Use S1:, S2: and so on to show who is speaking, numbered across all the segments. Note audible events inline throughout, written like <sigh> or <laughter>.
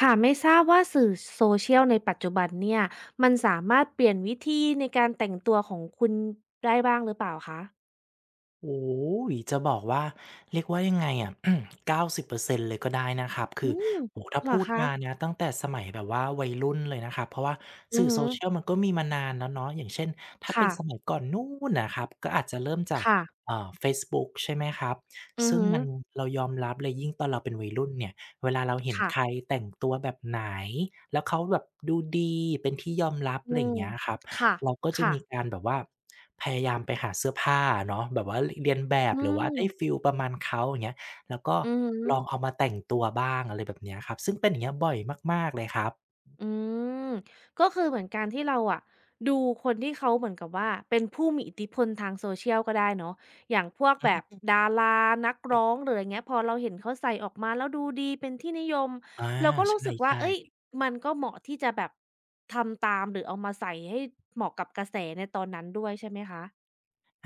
S1: ค่ะไม่ทราบว่าสื่อโซเชียลในปัจจุบันเนี่ยมันสามารถเปลี่ยนวิธีในการแต่งตัวของคุณได้บ้างหรือเปล่าคะ
S2: โอ้โฮจะบอกว่าเรียกว่ายังไงอะ <clears throat> 90%เปอร์เซ็นต์เลยก็ได้นะครับคื
S1: อื
S2: อ
S1: ม
S2: โอ้โถ้า
S1: เหรอ
S2: พูด
S1: คะ
S2: มานะตั้งแต่สมัยแบบว่าวัยรุ่นเลยนะครับเพราะว่า
S1: อื
S2: สื่
S1: อ
S2: อ
S1: ฮึ
S2: โซเชียลมันก็มีมานานแล้วเนาะอย่างเช่นถ้าเป็น
S1: ค่ะ
S2: สมัยก่อนนู่นนะครับก็อาจจะเริ่มจาก
S1: ค่ะ
S2: เฟซบุ๊กใช่ไหมครับ
S1: อือ
S2: ซึ่ง
S1: ฮึ
S2: มันเรายอมรับเลยยิ่งตอนเราเป็นวัยรุ่นเนี่ยเวลาเราเห็น
S1: ค่ะ
S2: ใครแต่งตัวแบบไหนแล้วเขาแบบดูดีเป็นที่ยอมรับอะ
S1: อื
S2: ไรอย่าง
S1: ม
S2: เงี้ยครับ
S1: ค่ะ
S2: เราก็จะ
S1: ค่ะ
S2: มีการแบบว่าพยายามไปหาเสื้อผ้าเนาะแบบว่าเลียนแบบ
S1: อื
S2: หรือว่าได้ฟี
S1: ม
S2: ลประมาณเขาอย่างเงี้ยแล้วก็
S1: อือหือ
S2: ลองเอามาแต่งตัวบ้างอะไรแบบเนี้ยครับซึ่งเป็นอย่างเงี้ยบ่อยมากๆเลยครับ
S1: อืมก็คือเหมือนการที่เราอะดูคนที่เขาเหมือนกับว่าเป็นผู้มีอิทธิพลทางโซเชียลก็ได้เนาะอย่างพวกแบบ
S2: อือ
S1: ดารานักร้องหรืออะไรเงี้ยพอเราเห็นเขาใส่ออกมาแล้วดูดีเป็นที่นิยม
S2: อา
S1: เราก็
S2: ใ
S1: รู้สึกว่า
S2: ช่
S1: เฮ้ย
S2: ๆ
S1: มันก็เหมาะที่จะแบบทำตามหรือเอามาใส่ให้เหมาะกับกระแสในตอนนั้นด้วยใช่ไหมคะ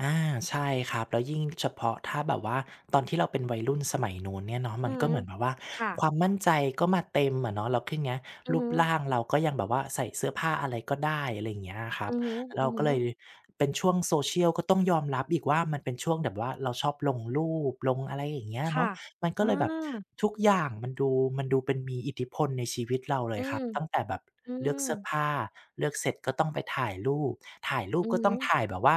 S2: อาใช่ครับแล้วยิ่งเฉพาะถ้าแบบว่าตอนที่เราเป็นวัยรุ่นสมัยนู้นเนี่ยเนาะมั
S1: อื
S2: น
S1: อ
S2: ก็
S1: ฮึ
S2: เหมือนแบบว่า
S1: ค่ะ
S2: ความมั่นใจก็มาเต็มอะเนาะแล้วทีเนี้ย
S1: อือ
S2: รูป
S1: ฮึ
S2: ร่างเราก็ยังแบบว่าใส่เสื้อผ้าอะไรก็ได้อะไรอย่างเงี้ยครับ
S1: อือฮึ
S2: เรา
S1: อือ
S2: ก็
S1: ฮึ
S2: เลยเป็นช่วง social ก็ต้องยอมรับอีกว่ามันเป็นช่วงแบบว่าเราชอบลงรูปลงอะไรอย่างเงี้ย
S1: ค่ะ
S2: เนาะ มันก็
S1: อา
S2: เลยแบบทุกอย่างมันดูมันดูเป็นมีอิทธิพลในชีวิตเราเลย
S1: อื
S2: ครั
S1: ม
S2: บตั้งแต่แบบ
S1: อื
S2: เลือก
S1: ม
S2: เสื้อผ้าเลือกเสร็จก็ต้องไปถ่ายรูปถ่ายรูป
S1: อือ
S2: ก็ต้
S1: ฮึ
S2: องถ่ายแบบว่า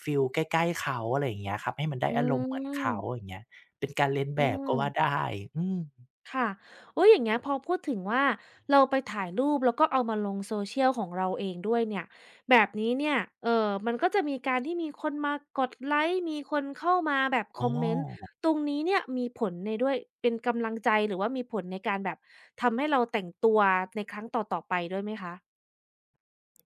S2: ฟีลใกล้ๆเขาอะไรอย่างเงี้ยครับให้มันได้
S1: อื
S2: อารมณ์เหมือนเขาอ
S1: ม
S2: ย่างเงี้ยเป็นการเลียนแบ
S1: อื
S2: บก็ว่าได้
S1: ม
S2: อืม
S1: ค่ะโอ้ยอย่างเงี้ยพอพูดถึงว่าเราไปถ่ายรูปแล้วก็เอามาลง social ของเราเองด้วยเนี่ยแบบนี้เนี่ยเออมันก็จะมีการที่มีคนมากดไลค์มีคนเข้ามาแบบ
S2: อ๋
S1: คอมเมนต์
S2: อ
S1: ตรงนี้เนี่ยมีผลในด้วยเป็นกำลังใจหรือว่ามีผลในการแบบทำให้เราแต่งตัวในครั้งต่อๆไปด้วยไหมคะ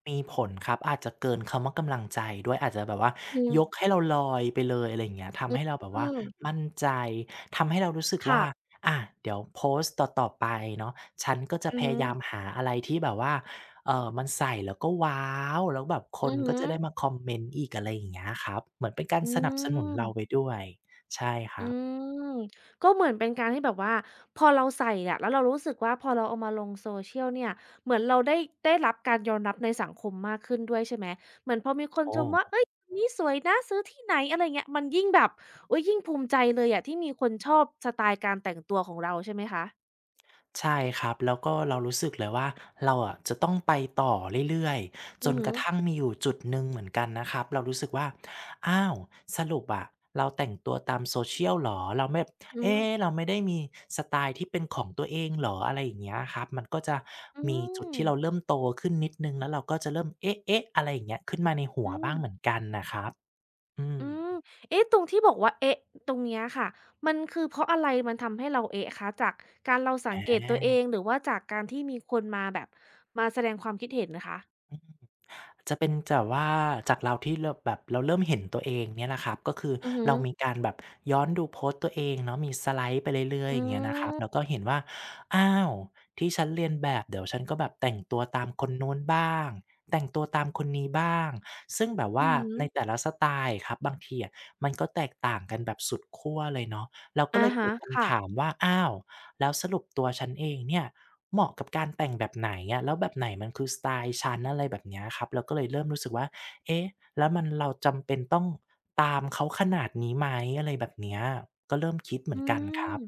S2: มีผลครับอาจจะเกินคำว่ากำลังใจด้วยอาจจะแบบว่า
S1: อืม
S2: ยกให้เราลอยไปเลยอะไรอย่างเงี้ย
S1: อื
S2: ทำ
S1: ม
S2: ให้เราแบบ
S1: อื
S2: ว่า
S1: ม
S2: มั่นใจทำให้เรารู้สึกว่า
S1: ค่ะ
S2: อาเดี๋ยวโพสต์ต่อๆไปเนาะฉันก็จะ
S1: อื
S2: พ
S1: อฮึ
S2: ยายามหาอะไรที่แบบว่ามันใส่แล้วก็ว้าวแล้วแบบค
S1: อื
S2: น
S1: อ
S2: ก็
S1: ฮึ
S2: จะได้มาคอมเมนต์อีกอะไรอย่างเงี้ยครับเหมือนเป็นการ
S1: อื
S2: สนับสนุนเราไป
S1: ม
S2: ด้วยใช่ค
S1: อื
S2: รับ
S1: มก็เหมือนเป็นการที่แบบว่าพอเราใส่อะแล้วเรารู้สึกว่าพอเราเอามาลง social เนี่ยเหมือนเราได้ได้รับการยอมรับในสังคมมากขึ้นด้วยใช่ไหมเหมือนพอมีคนช
S2: โอ้
S1: มว่าเฮ้ยคนนี้สวยนะซื้อที่ไหนอะไรเงี้ยมันยิ่งแบบอุ๊ยยิ่งภูมิใจเลยอะที่มีคนชอบสไตล์การแต่งตัวของเราใช่ไหมคะ
S2: ใช่ครับแล้วก็เรารู้สึกเลยว่าเราอะจะต้องไปต่อเรื่อยๆจ
S1: อือ
S2: น
S1: ฮึ
S2: กระทั่งมีอยู่จุดหนึ่งเหมือนกันนะครับเรารู้สึกว่าอ้าวสรุปอะเราแต่งตัวตาม Social เหรอเราไม่
S1: อืม
S2: เอ๊ะเราไม่ได้มีสไตล์ที่เป็นของตัวเองเหรออะไรอย่างเงี้ยครับมันก็จะ
S1: อื
S2: มีจุด
S1: ม
S2: ที่เราเริ่มโตขึ้นนิดหนึ่งแล้วเราก็จะเริ่มเอ๊ะๆอะไรอย่างเงี้ยขึ้นมาในหั
S1: อื
S2: ว
S1: ม
S2: บ้างเหมือนกันน่ะครับอื
S1: อืม
S2: ม
S1: เอ๊ะตรงที่บอกว่าเอ๊ะตรงเนี้ยค่ะมันคือเพราะอะไรมันทำให้เราเอ๊ะคะจากการเรา
S2: อ
S1: สังเกตตัวเอ
S2: า
S1: งหรือว่าจากการที่มีคนมาแบบมาแสดงความคิดเห็นนะคะ
S2: จะเป็นแบบว่าจากเราที่เราแบบเราเริ่มเห็นตัวเองเนี่ยแหละครับก็คือ
S1: อือฮึ
S2: เรามีการแบบย้อนดูโพสต์ตัวเองเนาะมีสไลด์ไปเรื่อยๆอ
S1: อื
S2: ย่างเงี้ยนะครับแล้ว
S1: ม
S2: ก็เห็นว่าอ้าวที่ฉันเรียนแบบเดี๋ยวฉันก็แบบแต่งตัวตามคนนู้นบ้างแต่งตัวตามคนนี้บ้างซึ่งแบบ
S1: อื
S2: ว่า
S1: อฮึ
S2: ในแต่ละสไตล์ครับบางทีอะมันก็แตกต่างกันแบบสุดขั้วเลยเนาะเราก็เล
S1: อะ
S2: ยเกิ
S1: ฮะ
S2: ดคำ
S1: ค่ะ
S2: ถามว่าอ้าวแล้วสรุปตัวฉันเองเนี่ย เหมาะกับการแต่งแบบไหนอะแล้วแบบไหนมันคือสไตล์ฉันอะไรแบบเนี้ยครับเราก็เลยเริ่มรู้สึกว่าเอ๊ะแล้วมันเราจำเป็นต้องตามเขาขนาดนี้ไหมอะไรแบบเนี้ยก็เริ่มคิดเหมื
S1: อื
S2: อนกันค
S1: ม
S2: รับ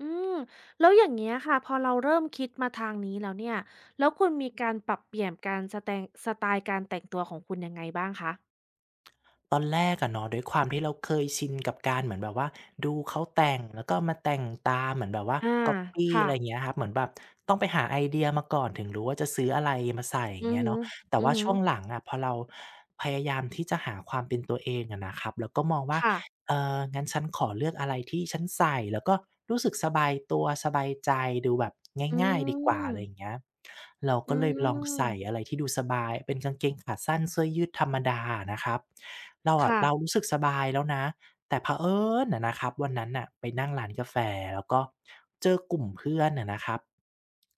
S1: อืมแล้วอย่างเงี้ยค่ะพอเราเริ่มคิดมาทางนี้แล้วเนี่ยแล้วคุณมีการปรับเปลี่ยนการสแตงสไตล์การแต่งตัวของคุณยังไงบ้างคะ
S2: ตอนแรกอะเนาะด้วยความที่เราเคยชินกับการเหมือนแบบว่าดูเขาแต่งแล้วก็มาแต่งตามเหมือนแบบว่า
S1: อา
S2: ก๊อบปี้อะ
S1: ค่ะ
S2: ไรอย่างเงี้ยครับเหมือนแบบต้องไปหาไอเดียมาก่อนถึงรู้ว่าจะซื้ออะไรมาใส่อ
S1: อื
S2: ย่าง
S1: อ
S2: เงี้ย
S1: ฮึ
S2: เนาะแต่
S1: อือ
S2: ว่า
S1: ฮึ
S2: ช่วงหลังอะพอเราพยายามที่จะหาความเป็นตัวเองอะนะครับแล้วก็มองว่า
S1: ค่ะ
S2: เอองั้นฉันขอเลือกอะไรที่ฉันใส่แล้วก็รู้สึกสบายตัวสบายใจดูแบบ
S1: อื
S2: ง่ายๆดีกว่า
S1: ม
S2: อะไรอย่างเงี้ยเรา
S1: อื
S2: ก็เลยลองใส่อะ
S1: ม
S2: ไรที่ดูสบายเป็นกางเกงขาสั้นเสื้อยืดธรรมดาอะนะครับเราอะเรา
S1: ค่ะ
S2: รู้สึกสบายแล้วนะแต่เผอิญอะนะครับวันนั้นน่ะไปนั่งร้านกาแฟแล้วก็เจอกลุ่มเพื่อนอะนะครับ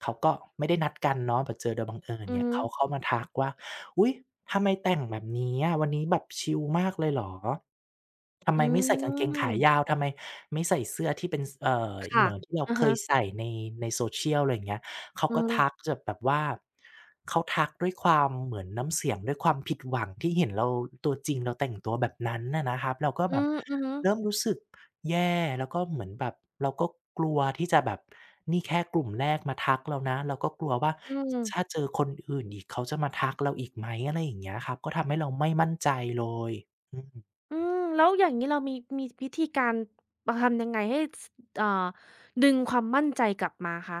S2: เขาก็ไม่ได้นัดกันเนาะแต่เจอโดยบังเอิญ
S1: อือ
S2: เนี่ย
S1: ฮึ
S2: เขาเข้ามาทักว่า อุ๊ยทำไมแต่งแบบนี้อะวันนี้แบบชิลมากเลยเหรอ ทำ
S1: อื
S2: ไมไม่ใส่กางเกงขายา
S1: ม
S2: วทำไมไม่ใส่เสื้อที่เป็นสเห
S1: ค่ะ
S2: มือนที่เรา
S1: อะ
S2: เค
S1: ฮะ
S2: ยใส่ในsocial" อะไรอย่างเงี้ยเขา
S1: อื
S2: ก็ทัก
S1: ม
S2: จะแบบว่าเขาทักด้วยความเหมือนน้ำเสียงด้วยความผิดหวังที่เห็นเราตัวจริงเราแต่งตัวแบบนั้นน่ะนะครับเราก็
S1: อื
S2: แบบ
S1: มอือฮึ
S2: เริ่มรู้สึก แย่แล้วก็เหมือนแบบเราก็กลัวที่จะแบบนี่แค่กลุ่มแรกมาทักเรานะเราก็กลัวว่า
S1: อื
S2: ถ้า
S1: ม
S2: เจอคนอื่นอีกเขาจะมาทักเราอีกไหมอะไรอย่างเงี้ยครับก็ทำให้เราไม่มั่นใจเลยอืม
S1: อืมแล้วอย่างงี้เรามีมีวิธีการเทำยังไงให้สเอ่อดึงความมั่นใจกลับมาคะ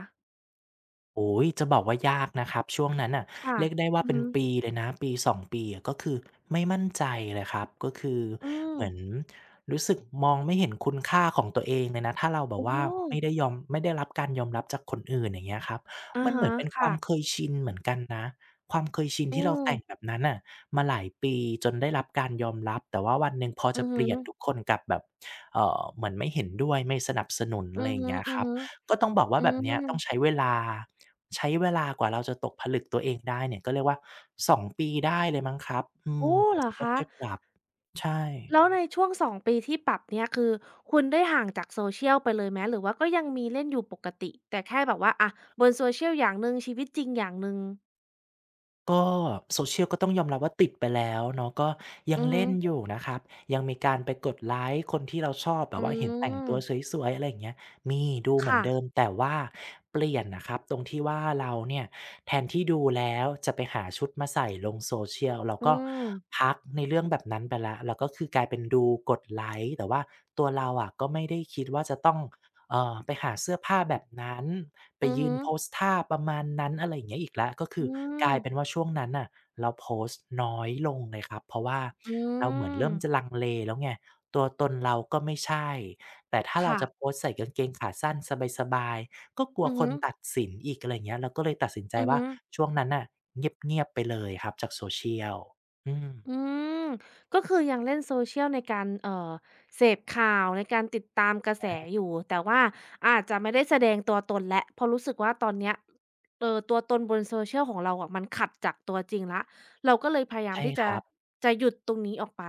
S2: โอ้ยจะบอกว่ายากนะครับช่วงนั้นน่ะ
S1: ค่ะ
S2: เรียกได้ว่า
S1: อือ
S2: เป็น
S1: ฮึ
S2: ปีเลยนะปีสอ2ปีอะก็คือไม่มั่นใจเลยครับก็คือ
S1: อืม
S2: เหมือนรู้สึกมองไม่เห็นคุณค่าของตัวเองเลยนะถ้าเราแบบ
S1: โอ้โฮ
S2: ว่าไม่ได้รับการยอมรับจากคนอื่นอย่างเงี้ยครับ
S1: อะ
S2: มันเหมื
S1: ฮะ
S2: อนเป็นควา
S1: ค่ะ
S2: มเคยชินเหมือนกันนะความเคยชิน
S1: อื
S2: ที่เรา
S1: ม
S2: แต่งแบบนั้นน่ะมาหลายปีจนได้รับการยอมรับแต่ว่าวันหนึ่งพอ
S1: อื
S2: จะ
S1: อ
S2: เป
S1: ฮึ
S2: ลี่ยนทุกคนกลับแบบเหมือนไม่เห็นด้วยไม่สนับสนุน
S1: อื
S2: อะไร
S1: อ
S2: อย่าง
S1: ฮึ
S2: เงี้ยครับ
S1: ๆ
S2: ก็ต้องบอกว่า
S1: อื
S2: แบบเนี้ย
S1: ม
S2: ต้องใช้เวลาใช้เวลากว่าเราจะตกผลึกตัวเองได้เนี่ยก็เรียกว่า2ปีได้เลยมั้งครับอืม
S1: โอ้
S2: กว่า
S1: เหรอ
S2: จะ
S1: คะ
S2: ค่อยๆปรับใช่
S1: แล้วในช่วง2ปีที่ปรับเนี่ยคือคุณได้ห่างจาก Social ไปเลยไหมหรือว่าก็ยังมีเล่นอยู่ปกติแต่แค่แบบว่าอะบน Social อย่างหนึ่งชีวิตจริงอย่างหนึ่ง
S2: ก็ Social ก็ต้องยอมรับว่าติดไปแล้วเนาะก็ยัง
S1: อือฮึ
S2: เล่นอยู่นะครับยังมีการไปกดไลก์คนที่เราชอบแบ
S1: อื
S2: บว่าเห็นแต่งตัว
S1: ม
S2: สวยๆอะไรอย่างเงี้ยมีดูเหมือน
S1: ค่ะ
S2: เดิมแต่ว่าเปลี่ยนน่ะครับตรงที่ว่าเราเนี่ยแทนที่ดูแล้วจะไปหาชุดมาใส่ลง Social เรา
S1: อื
S2: ก็
S1: ม
S2: พักในเรื่องแบบนั้นไปแล้วเราก็คือกลายเป็นดูกดไลก์แต่ว่าตัวเราอะก็ไม่ได้คิดว่าจะต้อง ไปหาเสื้อผ้าแบบนั้นไป
S1: อือ
S2: ยื
S1: ฮึ
S2: นโพสท่าประมาณนั้นอะไรอย่างเงี้ยอีกแล้วก็คื
S1: อื
S2: อกลา
S1: ม
S2: ยเป็นว่าช่วงนั้นน่ะเราโพสต์น้อยลงเลยครับเพราะว่า
S1: อื
S2: เราเหมือนเริ่มจะ
S1: ม
S2: ลังเลแล้วไงตัวตนเราก็ไม่ใช่แต่ถ้าเรา
S1: ค่ะ
S2: จะโพสต์ใส่กางเกงขาสั้นสบายๆก็กลัว
S1: อือ
S2: ค
S1: ฮึ
S2: นตัดสินอีกอะไรอย่างเงี้ยเราก็เลยตัดสินใจ
S1: อือ
S2: ว่า
S1: ฮึ
S2: ช่วงนั้นน่ะเงียบๆไปเลยครับจาก social อื
S1: อื
S2: ม
S1: มก็คือยังเล่นโซเชียลในการเสพข่าวในการติดตามกระแสอยู่แต่ว่าอาจจะไม่ได้แสดงตัวตนแล้วเพราะรู้สึกว่าตอนเนี้ยตัวตนบนโซเชีย l ของเราอะมันขัดจากตัวจริงแล้วเราก็เลยพยายาม
S2: ใช่
S1: ที่
S2: ค
S1: จะ
S2: รับ
S1: จะหยุดตรงนี้ออกไป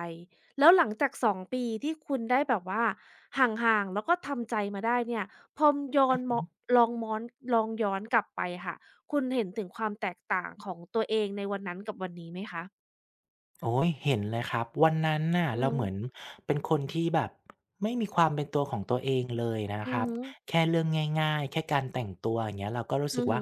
S1: แล้วหลังจาก2ปีที่คุณได้แบบว่าห่างๆแล้วก็ทำใจมาได้เนี่ยพอย้อนม
S2: อือ
S1: ลองม้อนลองย้อนกลับไปค่ะคุณเห็นถึงความแตกต่างของตัวเองในวันนั้นกับวันนี้ไหมคะ
S2: โอ้ยเห็นเลยครับวันนั้นน่ะ
S1: อือ
S2: เรา
S1: ฮึ
S2: เหมือนเป็นคนที่แบบไม่มีความเป็นตัวของตัวเองเลยนะ
S1: อื
S2: ค
S1: อ
S2: รับ
S1: ฮึ
S2: แค่เรื่องง่ายๆแค่การแต่งตัวอย่างเงี้ยเราก็รู้
S1: อื
S2: สึก
S1: อฮึ
S2: ว่า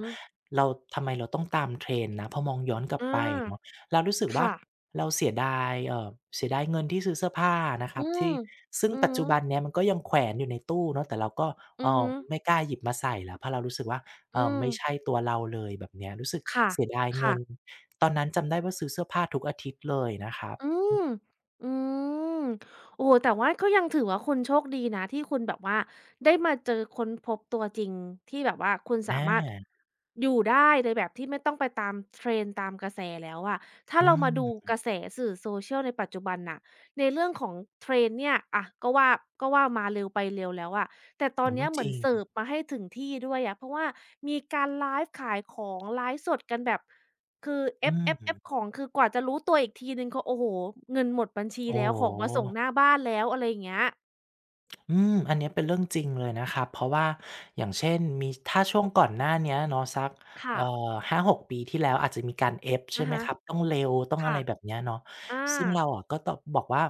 S2: เราทำไมเราต้องตาม Trendนะพอมองย้อนกลับ
S1: อา
S2: ไปเนาะเรารู้สึกว่า
S1: ค่ะ
S2: เราเสียดายเสียดายเงินที่ซื้อเสื้อผ้านะค
S1: อื
S2: รับ
S1: ม
S2: ที่ซึ่ง
S1: อือ
S2: ปัจ
S1: ฮึ
S2: จุบันเนี้ยมันก็ยังแขวนอยู่ในตู้เนาะแต่เราก็เอ
S1: อือ
S2: อ
S1: ฮึ
S2: ไม่กล้าหยิบมาใส่แล้วเพราะเรารู้สึกว่าเอ
S1: อื
S2: อ
S1: ม
S2: ไม่ใช่ตัวเราเลยแบบเนี้ยรู้สึก
S1: ค่ะ
S2: เสียดายเงิ
S1: ค่ะ
S2: น ตอนนั้นจำได้ว่าซื้อเสื้อผ้าทุกอาทิตย์เลยนะครับ
S1: อืม อืมโอ้โฮแต่ว่าก็ยังถือว่าคุณโชคดีนะที่คุณแบบว่าได้มาเจอค้นพบตัวจริงที่แบบว่าคุณสามารถ
S2: อา
S1: อยู่ได้ในแบบที่ไม่ต้องไปตาม trend ตามกระแสแล้วอะถ้า
S2: อื
S1: เรามาดู
S2: ม
S1: กระแสสื่อ Social ในปัจจุบันน่ะในเรื่องของ trend เนี่ยอะก็ว่าก็ว่ามาเร็วไปเร็วแล้วอะแต่ตอ
S2: อ๋
S1: น
S2: อ
S1: เนี้ยเห
S2: จ
S1: มือ
S2: ริ
S1: น
S2: ง
S1: เสิร์ฟมาให้ถึงที่ด้วยอะเพราะว่ามีการไลฟ์ขายของไลฟ์สดกันแบบ คือเอ
S2: อื
S1: ฟเอฟเอฟข
S2: ม
S1: องคือกว่าจะรู้ตัวอีกทีหนึ่งก็โอ้โฮเงินหมดบัญชี
S2: โอ้
S1: แล้วของมาส่งห
S2: โฮ
S1: น้าบ้านแล้วอะไรอย่างเงี้ย
S2: อืมอันเนี้ยเป็นเรื่องจริงเลยนะครับเพราะว่าอย่างเช่นมีถ้าช่วงก่อนหน้าเนี้ยเนาะสัก
S1: ค่ะ
S2: เอ่5ปีที่แล้วอาจจะมีการ Ebb ใช่
S1: อะ
S2: ไหม
S1: ฮะ
S2: ครับต้องเร็วต้องอะ
S1: ค่ะ
S2: ไรแบบเนี้ยเนาะ
S1: อา
S2: ซึ่งเราอะก็ต้องบอกว่า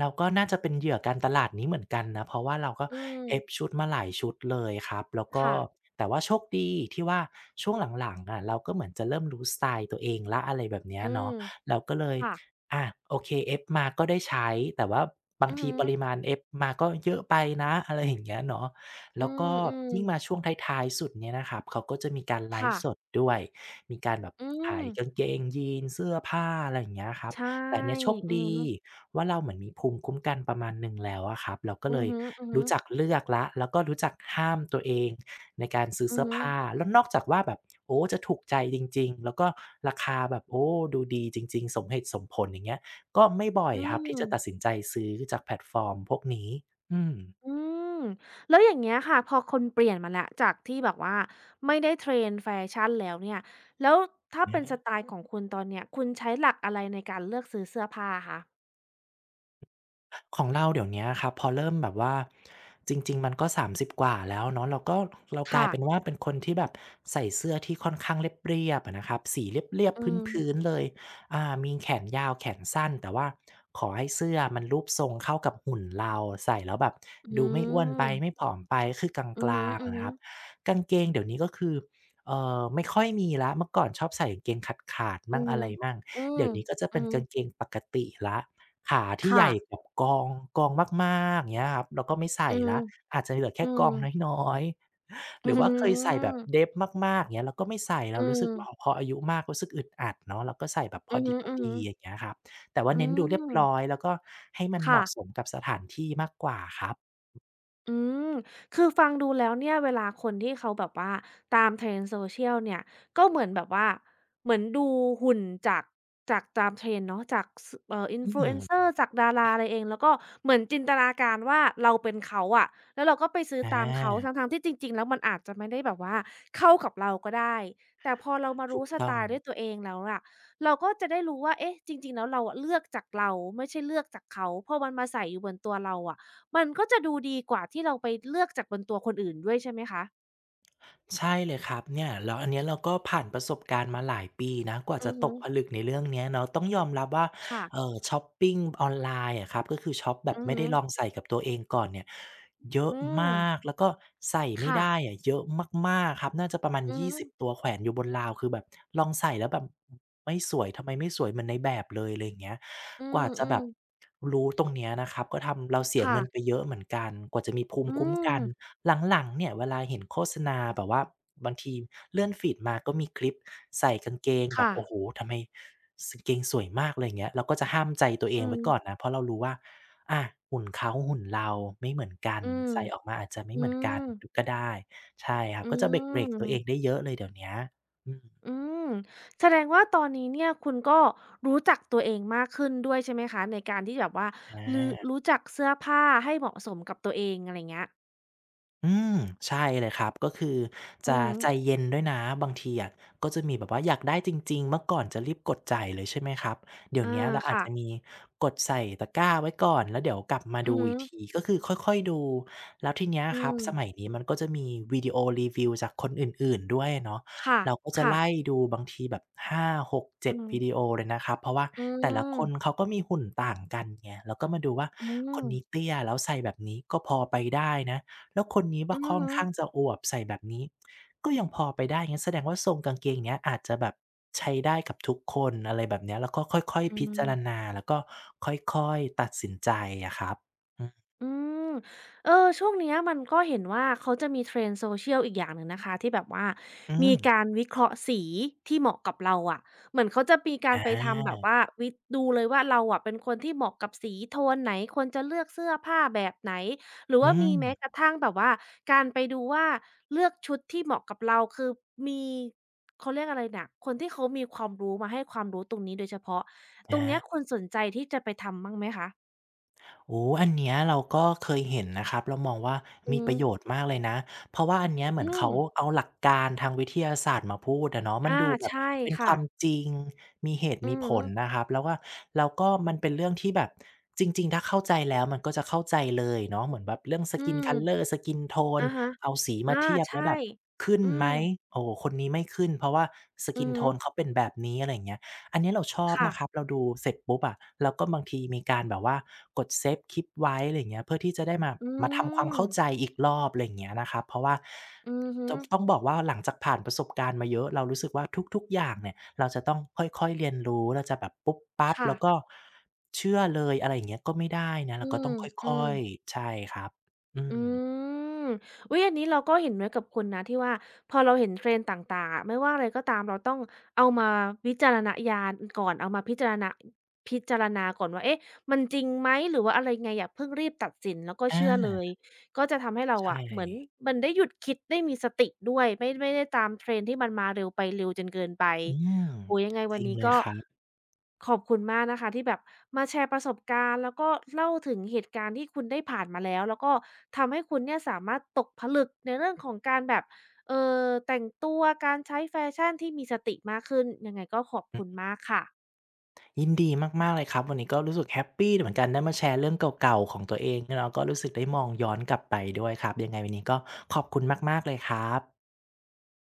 S2: เราก็น่าจะเป็นเหยื่อการตลาดนี้เหมือนกันนะเพราะว่าเราก็
S1: อืม
S2: Ebb ชุดมาหลายชุดเลยครับแล้วก็
S1: ค่ะ
S2: แต่ว่าโชคดีที่ว่าช่วงหลังๆอะเราก็เหมือนจะเริ่มรู้สไตล์ตัวเองแล้วอะไรแบบเนี้ย
S1: อื
S2: เนาะ
S1: ม
S2: เราก็เลย
S1: ค่ะ
S2: อาโอเคเอฟมาก็ได้ใช้แต่ว่าบาง
S1: อือ
S2: ที
S1: ฮึ
S2: ปริมาณเอฟมาก็เยอะไปนะอะไรอย่างเงี้ยเนาะ
S1: อื
S2: แล้วก็
S1: ม
S2: ยิ่งมา
S1: ๆ
S2: ช่วงท้ายๆสุดเนี่ยนะครับเขาก็จะมีการไล
S1: ค่ะ
S2: ฟ์สดด้วยมีการแบบ
S1: อื
S2: ขา
S1: ม
S2: ยกางเกงยีนส์เสื้อผ้าอะไรอย่างเงี้ยครับ
S1: ใช่
S2: แต่อันเนี้ยโชค
S1: อือ
S2: ดี
S1: ฮึ
S2: ว่าเราเหมือนมีภูมิคุ้มกันประมาณหนึ่งแล้วอะครับเราก็เล
S1: อือ
S2: ย
S1: ฮึๆอือฮึ
S2: รู้จักเลือกแล้วแล้วก็รู้จักห้ามตัวเอง ในการซื้อเสื้อผ้าแล้วนอกจากว่าแบบโอ้จะถูกใจจริงๆแล้วก็ราคาแบบโอ้ดูดีจริงๆสมเหตุสมผลอย่างเงี้ยก็ไม่บ่อย
S1: อื
S2: ครับที่จะตัด
S1: ม
S2: สินใจซื้อจากแพลตฟอร์มพวกนี้อืม
S1: อืมแล้วอย่างเงี้ยค่ะพอคนเปลี่ยนมาแล้วจากที่แบบว่าไม่ได้เทรนแฟชั่นแล้วเนี่ยแล้วถ้าเป็นส
S2: อา
S1: ไตล์ของคุณตอนเนี้ยคุณใช้หลักอะไรในการเลือกซื้อเสื้อผ้าคะ
S2: ของเราเดี๋ยวเนี้ยครับพอเริ่มแบบว่าจริงๆมันก็สามสิบกว่าแล้วเนาะเราก็เรากลาย
S1: ค่ะ
S2: เป็นว่าเป็นคนที่แบบใส่เสื้อที่ค่อนข้างเรียบๆอะนะครับสีเรียบ
S1: อื
S2: ๆ
S1: ม
S2: พื้นๆเลยมีแขนยาวแขนสั้นแต่ว่าขอให้เสื้อมันรูปทรงเข้ากับหุ่นเราใส่แล้วแบบ
S1: อื
S2: ดูไม่อ้วนไปไม่
S1: ม
S2: ผอมไปคือกลา
S1: อือฮึ
S2: งๆ
S1: อือ
S2: อะนะ
S1: ฮึ
S2: ครับกางเกงเดี๋ยวนี้ก็คือไม่ค่อยมีแล้วเมื่อก่อนชอบใส่กางเกงขาดๆ
S1: อื
S2: มั่ง
S1: อ
S2: อะ
S1: ฮึ
S2: ไรมั่ง
S1: อืม
S2: เดี๋ยวนี้ก็จะ
S1: อื
S2: เป็น
S1: ม
S2: กางเกงปกติแล้ว ขาที่ให
S1: ค่ะ
S2: ญ่กับกองมากๆอย่างเงี้ยครับเราก็ไม่ใส่
S1: อืม
S2: แล้วอาจจะเหลือแค่
S1: อื
S2: ก
S1: ม
S2: องน้อยๆห
S1: อื
S2: รื
S1: อ
S2: อว่า
S1: ฮ
S2: เคยใส่แบบ
S1: ึ
S2: เดฟมากๆอย่างเงี้ยเราก็ไม่ใส่เรา
S1: อื
S2: รู้สึ
S1: ม
S2: กพออายุมากรู้สึกอึดอัดเนาะเราก็ใส่แบบพอ
S1: อือฮ
S2: ดีๆอย่า
S1: ึ
S2: งเงี้ยครับแต่ว่า
S1: อือ
S2: เน้นดูเรีย
S1: ฮึอื
S2: บ
S1: ม
S2: ร้อยแล้วก็ให้มันเห
S1: ค่ะ
S2: มาะสมกับสถานที่มากกว่าครับ
S1: อืมคือฟังดูแล้วเนี่ยเวลาคนที่เขาแบบว่าตาม trend social เนี่ยก็เหมือนแบบว่าเหมือนดูหุ่นจากจากตาม trend เนาะจากส
S2: อืม
S1: influencer จากดาราอะไรเองแล้วก็เหมือนจินตนาการว่าเราเป็นเขาอะแล้วเราก็ไปซื้อ
S2: อ
S1: ตามเขาทั้
S2: า
S1: งๆที่จริงๆแล้วมันอาจจะไม่ได้แบบว่าเข้ากับเราก็ได้แต่พอเรามา
S2: ถู
S1: รู้
S2: ก
S1: ส
S2: ต้
S1: ไต
S2: อง
S1: ล์ด้วยตัวเองแล้วอะเราก็จะได้รู้ว่าเอ๊ะจริงๆแล้วเราอะเลือกจากเราไม่ใช่เลือกจากเขาพอมันมาใส่อยู่บนตัวเราอะ มันก็จะดูดีกว่าที่เราไปเลือกจากบนตัวคนอื่นด้วยใช่ไหมคะ
S2: ใช่เลยครับเนี่ยแล้วอันเนี้ยเราก็ผ่านประสบการณ์มาหลายปีนะกว่า
S1: อื
S2: จะ
S1: อ
S2: ต
S1: ฮึ
S2: กผลึกในเรื่องเนี้ยเนาะต้องยอมรับว่าเอ
S1: ค่ะ
S2: อช็อปปิ้งออนไลน์อะครับก็คือช็อปแบบ
S1: อือ
S2: ไม่
S1: ฮึ
S2: ได้ลองใส่กับตัวเองก่อนเนี่ยเยอะ
S1: อื
S2: ม
S1: ม
S2: ากแล้วก็ใส่ไม่
S1: ค่ะ
S2: ได้อะเยอะมากๆครับน่าจะประมาณ
S1: อือฮึ
S2: 20ตัวแขวนอยู่บนราวคือแบบลองใส่แล้วแบบไม่สวยทำไมไม่สวยเหมือนในแบบเลยอะไรอย่างเงี้ย
S1: อื
S2: กว่าจะแบ
S1: ม
S2: บ
S1: ๆ
S2: รู้ตรงเนี้ยนะครับก็ทำเราเสีย
S1: ค่ะ
S2: เงินไปเยอะเหมือนกันกว่าจะมีภูมิ
S1: อื
S2: คุ้ม
S1: ม
S2: กัน หลังๆเนี่ยเวลาเห็นโฆษณาแบบว่าบางทีเลื่อนฟีดมาก็มีคลิปใส่กางเกงแบบ
S1: ค่ะ
S2: โอ้โฮทำไมสเกงสวยมากอะไรอย่างเงี้ยเราก็จะห้ามใจตัวเอ
S1: อื
S2: งไว้
S1: ม
S2: ก่อนนะเพราะเรารู้ว่าอาหุ่นเขาหุ่นเราไม่เหมือนกัน
S1: อืม
S2: ใส่ออกมาอาจจะไม่
S1: อื
S2: เหมือนกัน
S1: ม
S2: ดก็ได้ใช่ครับ
S1: อื
S2: ก็จะเบรกๆตัวเองได้
S1: ม
S2: เยอะเลยเดี๋ยวเนี้ยอืม
S1: อืมแสดงว่าตอนนี้เนี่ยคุณก็รู้จักตัวเองมากขึ้นด้วยใช่ไหมคะในการที่แบบว่า
S2: อ
S1: รือ
S2: า
S1: รู้จักเสื้อผ้าให้เหมาะสมกับตัวเองอะไรเงี้ย
S2: อืมใช่เลยครับก็คือ
S1: อื
S2: จะ
S1: อฮึ
S2: ใจเย็นด้วยนะบางทีอะก็จะมีแบบว่าอยากได้จริงๆเมื่อก่อนจะรีบกดจ่ายเลยใช่ไหมครับเดี๋ยว
S1: อา
S2: เนี้ยเราอาจ
S1: ค่ะ
S2: จะมีกดใส่ตะกร้าไว้ก่อนแล้วเดี๋ยวกลับมา
S1: อือ
S2: ดู
S1: ฮึ
S2: อีกทีก็คือค่อยๆดูแล้วทีเนี้ย
S1: อื
S2: ครับ
S1: ม
S2: สมัยนี้มันก็จะมีวิดีโอรีวิวจากคนอื่นๆด้วยเนาะ
S1: ค
S2: เราก็จะ
S1: ่ะๆ
S2: ไล่ดูบางทีแบบห้าหกเจ็
S1: อื
S2: ดวิดีโอ
S1: ม
S2: เลยนะครับเพราะว่า
S1: อื
S2: แต่ละคน
S1: ม
S2: เขาก็มีหุ่นต่างกันไงเราก็มาดูว่า
S1: อื
S2: คน
S1: ม
S2: นี้เตี้ยแล้วใส่แบบนี้ก็พอไปได้นะ แล้วคนนี้ว
S1: อื
S2: บา
S1: อ
S2: ค่อน
S1: ฮึ
S2: ข้างจะอวบใส่แบบนี้ก็ยังพอไปได้งั้นแสดงว่าทรงกางเกงเนี้ยอาจจะแบบใช้ได้กับทุกคนอะไรแบบเนี้ยแล้วก็ค่อย
S1: อื
S2: ๆ
S1: อ
S2: พิ
S1: ฮึ
S2: จารณาแล้วก็ค่อยๆตัดสินใจอะครับอือ
S1: อืมเออช่วงเนี้ยมันก็เห็นว่าเขาจะมี trend social อีกอย่างหนึ่งนะคะที่แบบว่า
S2: อื
S1: มี
S2: ม
S1: การวิเคราะห์สีที่เหมาะกับเราอะเหมือนเขาจะมีกา
S2: อ
S1: รไปทำแบบ
S2: า
S1: ว่าวิดูเลยว่าเราอะเป็นคนที่เหมาะกับสีโทนไหนควรจะเลือกเสื้อผ้าแบบไหนหรือ
S2: อื
S1: ว่ามี
S2: ม
S1: แม้กระทั่งแบบว่าการไปดูว่าเลือกชุดที่เหมาะกับเราคือมีเขาเรียกอะไรน่ะคนที่เขามีความรู้มาให้ความรู้ตรงนี้โดยเฉพาะตรงเนี้ย
S2: อา
S1: คุณสนใจที่จะไปทำบ้างไหมคะ
S2: โอ้อันเนี้ยเราก็เคยเห็นนะครับเรามองว่า
S1: อื
S2: มีป
S1: ม
S2: ระโยชน์มากเลยนะ เพราะว่าอันเนี้ยเหมื
S1: อื
S2: อน
S1: ม
S2: เขาเอาหลักการทางวิทยาศาสตร์มาพูดอะเนาะมัน
S1: อา
S2: ดูแบบ
S1: ใช่
S2: เป็นค
S1: ค่ะ
S2: วามจริง มีเหตุ
S1: อื
S2: มี
S1: อ
S2: ผ
S1: ฮึ
S2: ลนะครับ แล้วว่าแล้วก็มันเป็นเรื่องที่แบบจริงๆถ้าเข้าใจแล้วมันก็จะเข้าใจเลยเนาะเหมือนแบบเรื่อง s
S1: อื
S2: น
S1: ม
S2: คั c o ลอ r ์สกินโทน
S1: อะฮะ
S2: เอาสีมา
S1: อา
S2: เทียบแล้
S1: ใช่
S2: วแบบขึ้น
S1: อื
S2: ไหม
S1: ม
S2: โอ้คนนี้ไม่ขึ้นเพราะว่าส
S1: อื
S2: กิ
S1: อ
S2: นโท
S1: ฮึ
S2: นเขาเป็นแบบนี้อะไรอย่างเงี้ย อันนี้เราชอบ
S1: ค่ะ
S2: นะครับ เราดูเสร็จปุ๊บอะเราก็บางทีมีการแบบว่ากดเซฟคลิปไว้อะไรอย่างเงี้ยเพื่อที่จะได้มา
S1: อื
S2: มาทำความเข้าใจ
S1: ม
S2: อีกรอบอะไรอย่างเงี้ยนะครับเพราะว่า
S1: อือฮึ
S2: ตต้องบอกว่าหลังจากผ่านประสบการณ์มาเยอะเรารู้สึกว่าทุกๆอย่างเนี่ยเราจะต้องค่อยๆเรียนรู้เราจะแบบปุ๊บปั๊บ
S1: ค่ะ
S2: แล้วก็เชื่อเลยอะไรอย่างเงี้ยก็ไม่ได้นะ
S1: อื
S2: เราก็
S1: ม
S2: ต้อง
S1: อื
S2: ค่
S1: ม
S2: อยๆใช่ครับอื
S1: อื
S2: ม
S1: มอุ๊ยอันนี้เราก็เห็นด้วยกับคุณนะที่ว่าพอเราเห็น Trend ต่างๆอะไม่ว่าอะไรก็ตามเราต้องเอามาวิจารณญาณก่อนเอามาพิจารณาพิจารณาก่อนว่าเอ๊ะมันจริงไหมหรือว่าอะไรไงอย่าเพิ่งรีบตัดสินแล้วก็เชื่อเล
S2: อา
S1: ยก็จะทำให้เรา
S2: ใช่
S1: อะเหมือนมันได้หยุดคิดได้มีสติด้วยไม่ได้ตาม Trend ที่มันมาเร็วไปเร็วจนเกินไป
S2: อืม
S1: โอ้โฮยังไง
S2: จ
S1: วั
S2: ริ
S1: น
S2: ง
S1: นี้
S2: เลย
S1: ก็
S2: ครับ
S1: ขอบคุณมากนะคะที่แบบมาแชร์ประสบการณ์แล้วก็เล่าถึงเหตุการณ์ที่คุณได้ผ่านมาแล้วแล้วก็ทำให้คุณเนี่ยสามารถตกผลึกในเรื่องของการแบบแต่งตัวการใช้แฟชั่นที่มีสติมากขึ้นยังไงก็ขอบคุณมากค่ะ
S2: ยินดีมากๆเลยครับวันนี้ก็รู้สึกแฮปปีเหมือนกันได้มาแชร์เรื่องเก่าๆของตัวเองเนาะก็รู้สึกได้มองย้อนกลับไปด้วยครับยังไงวันนี้ก็ขอบคุณมากๆเลยครับ